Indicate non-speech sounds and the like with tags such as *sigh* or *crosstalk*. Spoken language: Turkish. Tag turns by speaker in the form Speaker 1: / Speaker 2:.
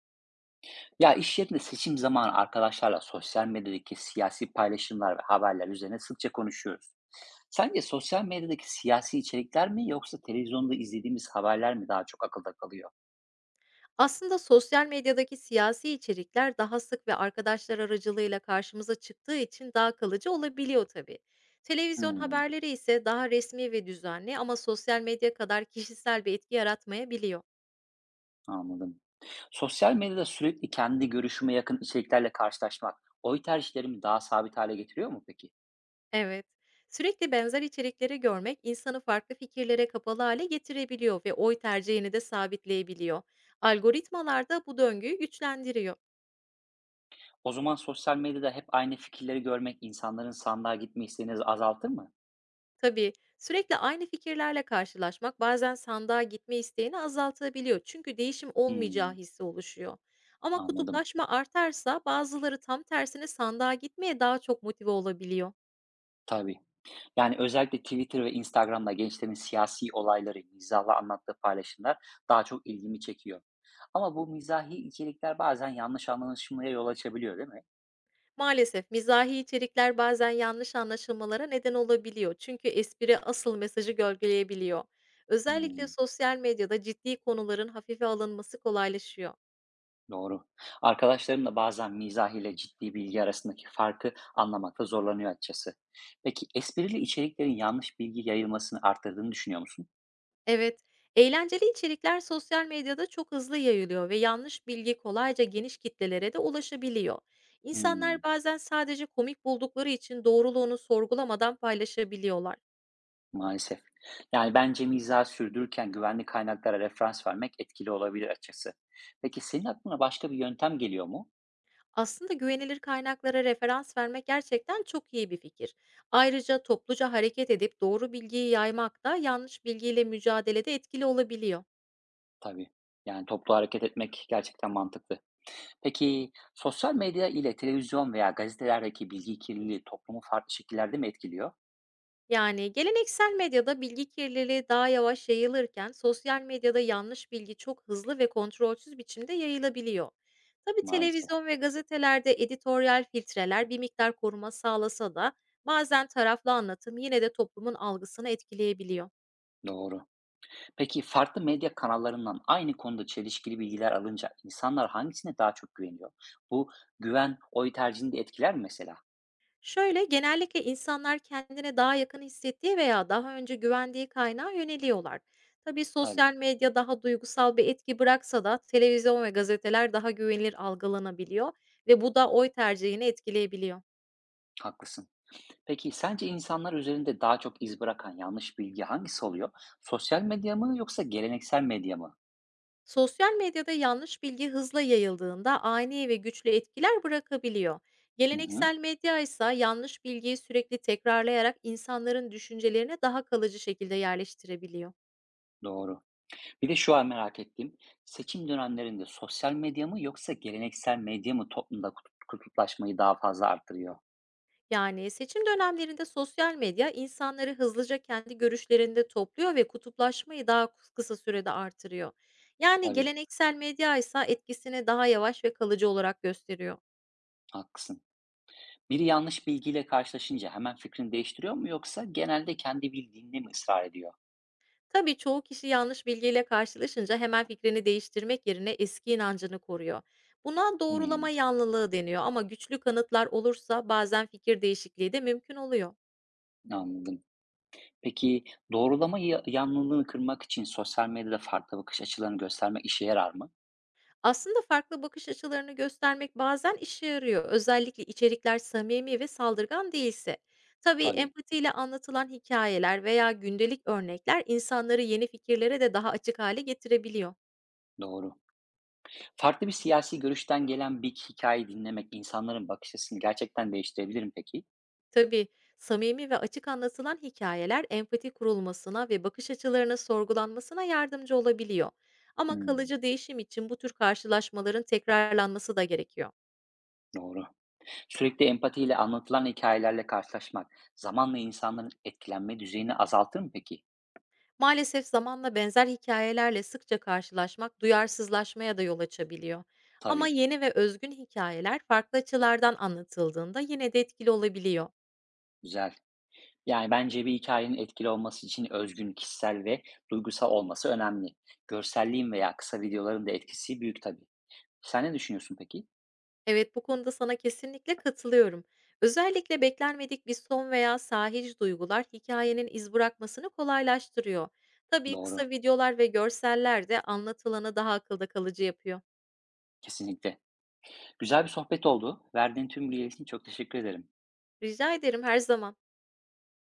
Speaker 1: Ya iş yerinde seçim zamanı arkadaşlarla sosyal medyadaki siyasi paylaşımlar ve haberler üzerine sıkça konuşuyoruz. Sence sosyal medyadaki siyasi içerikler mi yoksa televizyonda izlediğimiz haberler mi daha çok akılda kalıyor?
Speaker 2: Aslında sosyal medyadaki siyasi içerikler daha sık ve arkadaşlar aracılığıyla karşımıza çıktığı için daha kalıcı olabiliyor tabii. Televizyon
Speaker 1: Hmm,
Speaker 2: haberleri ise daha resmi ve düzenli, ama sosyal medya kadar *laughs* kişisel bir etki yaratmayabiliyor.
Speaker 1: Anladım. Sosyal medyada sürekli kendi görüşüme yakın içeriklerle karşılaşmak oy tercihlerimi daha sabit hale getiriyor mu peki?
Speaker 2: Evet. Sürekli benzer içerikleri görmek insanı farklı fikirlere kapalı hale getirebiliyor ve oy tercihini de sabitleyebiliyor. Algoritmalar da bu döngüyü güçlendiriyor.
Speaker 1: O zaman sosyal medyada hep aynı fikirleri görmek insanların sandığa gitme isteğini azaltır mı?
Speaker 2: Tabii, sürekli aynı fikirlerle karşılaşmak bazen sandığa gitme isteğini azaltabiliyor. Çünkü değişim olmayacağı
Speaker 1: Hmm,
Speaker 2: hissi oluşuyor. Ama
Speaker 1: Anladım.
Speaker 2: kutuplaşma artarsa bazıları tam tersine sandığa gitmeye daha çok motive olabiliyor.
Speaker 1: Tabii. Yani, özellikle Twitter ve Instagram'da gençlerin siyasi olayları mizahla anlattığı paylaşımlar daha çok ilgimi çekiyor. Ama bu mizahi içerikler bazen yanlış anlaşılmaya yol açabiliyor, değil mi?
Speaker 2: Maalesef, mizahi içerikler bazen yanlış anlaşılmalara neden olabiliyor. Çünkü espri asıl mesajı gölgeleyebiliyor. Özellikle
Speaker 1: Hmm,
Speaker 2: sosyal medyada ciddi konuların hafife alınması kolaylaşıyor.
Speaker 1: doğru. Arkadaşlarım da bazen mizah ile ciddi bilgi arasındaki farkı anlamakta zorlanıyor açıkçası. Peki esprili içeriklerin yanlış bilgi yayılmasını arttırdığını düşünüyor musun?
Speaker 2: Evet, eğlenceli içerikler sosyal medyada çok hızlı yayılıyor ve yanlış bilgi kolayca geniş kitlelere de ulaşabiliyor.
Speaker 1: Hmm.
Speaker 2: İnsanlar bazen sadece komik buldukları için doğruluğunu sorgulamadan paylaşabiliyorlar.
Speaker 1: Maalesef. Yani bence mizahı sürdürürken güvenli kaynaklara referans vermek etkili olabilir açıkçası. Peki senin aklına başka bir yöntem geliyor mu?
Speaker 2: Aslında güvenilir kaynaklara referans vermek gerçekten çok iyi bir fikir. Ayrıca topluca hareket edip doğru bilgiyi yaymak da yanlış bilgiyle mücadelede etkili olabiliyor.
Speaker 1: Tabii. Yani toplu hareket etmek gerçekten mantıklı. Peki sosyal medya ile televizyon veya gazetelerdeki bilgi kirliliği toplumu farklı şekillerde mi etkiliyor?
Speaker 2: Yani geleneksel medyada bilgi kirliliği daha yavaş yayılırken, sosyal medyada yanlış bilgi çok hızlı ve kontrolsüz biçimde yayılabiliyor. Tabii,
Speaker 1: Maalesef.
Speaker 2: televizyon ve gazetelerde editoryal filtreler bir miktar koruma sağlasa da bazen taraflı anlatım yine de toplumun algısını etkileyebiliyor.
Speaker 1: Doğru. Peki farklı medya kanallarından aynı konuda çelişkili bilgiler alınca insanlar hangisine daha çok güveniyor? Bu güven oy tercihini de etkiler mi mesela?
Speaker 2: Şöyle, genellikle insanlar kendine daha yakın hissettiği veya daha önce güvendiği kaynağa yöneliyorlar. Tabii, sosyal
Speaker 1: Tabii.
Speaker 2: medya daha duygusal bir etki bıraksa da televizyon ve gazeteler daha güvenilir algılanabiliyor ve bu da oy tercihini etkileyebiliyor.
Speaker 1: Haklısın. Peki sence insanlar üzerinde daha çok iz bırakan yanlış bilgi hangisi oluyor? Sosyal medya mı yoksa geleneksel medya mı?
Speaker 2: Sosyal medyada yanlış bilgi hızla yayıldığında ani ve güçlü etkiler bırakabiliyor.
Speaker 1: Hı hı,
Speaker 2: Geleneksel medya ise yanlış bilgiyi sürekli tekrarlayarak insanların düşüncelerine daha kalıcı şekilde yerleştirebiliyor.
Speaker 1: doğru. Bir de şu an merak ettiğim, seçim dönemlerinde sosyal medya mı yoksa geleneksel medya mı toplumda kutuplaşmayı daha fazla arttırıyor?
Speaker 2: Yani, seçim dönemlerinde sosyal medya insanları hızlıca kendi görüşlerinde topluyor ve kutuplaşmayı daha kısa sürede artırıyor. Yani
Speaker 1: Tabii,
Speaker 2: geleneksel medya ise etkisini daha yavaş ve kalıcı olarak gösteriyor.
Speaker 1: haklısın. Biri yanlış bilgiyle karşılaşınca hemen fikrini değiştiriyor mu yoksa genelde kendi bildiğinde mi ısrar ediyor?
Speaker 2: Tabii, çoğu kişi yanlış bilgiyle karşılaşınca hemen fikrini değiştirmek yerine eski inancını koruyor. Buna
Speaker 1: Hmm,
Speaker 2: doğrulama yanlılığı deniyor, ama güçlü kanıtlar olursa bazen fikir değişikliği de mümkün oluyor.
Speaker 1: Anladım. Peki doğrulama yanlılığını kırmak için sosyal medyada farklı bakış açılarını göstermek işe yarar mı?
Speaker 2: Aslında farklı bakış açılarını göstermek bazen işe yarıyor. Özellikle içerikler samimi ve saldırgan değilse. Tabii
Speaker 1: Tabii,
Speaker 2: empatiyle anlatılan hikayeler veya gündelik örnekler insanları yeni fikirlere de daha açık hale getirebiliyor.
Speaker 1: doğru. Farklı bir siyasi görüşten gelen bir hikaye dinlemek insanların bakış açısını gerçekten değiştirebilir mi peki?
Speaker 2: Tabii, samimi ve açık anlatılan hikayeler empati kurulmasına ve bakış açılarına sorgulanmasına yardımcı olabiliyor. Ama
Speaker 1: Hımm,
Speaker 2: kalıcı değişim için bu tür karşılaşmaların tekrarlanması da gerekiyor.
Speaker 1: doğru. Sürekli empatiyle anlatılan hikayelerle karşılaşmak zamanla insanların etkilenme düzeyini azaltır mı peki?
Speaker 2: Maalesef, zamanla benzer hikayelerle sıkça karşılaşmak duyarsızlaşmaya da yol açabiliyor. Ama
Speaker 1: Tabii,
Speaker 2: yeni ve özgün hikayeler farklı açılardan anlatıldığında yine de etkili olabiliyor.
Speaker 1: güzel. Yani bence bir hikayenin etkili olması için özgün, kişisel ve duygusal olması önemli. Görselliğin veya kısa videoların da etkisi büyük tabii. Sen ne düşünüyorsun peki?
Speaker 2: Evet, bu konuda sana kesinlikle katılıyorum. Özellikle beklenmedik bir son veya sahici duygular hikayenin iz bırakmasını kolaylaştırıyor. Tabii,
Speaker 1: Doğru,
Speaker 2: kısa videolar ve görseller de anlatılanı daha akılda kalıcı yapıyor.
Speaker 1: kesinlikle. Güzel bir sohbet oldu. Verdiğin tüm bilgiler için çok teşekkür ederim.
Speaker 2: Rica ederim, her zaman.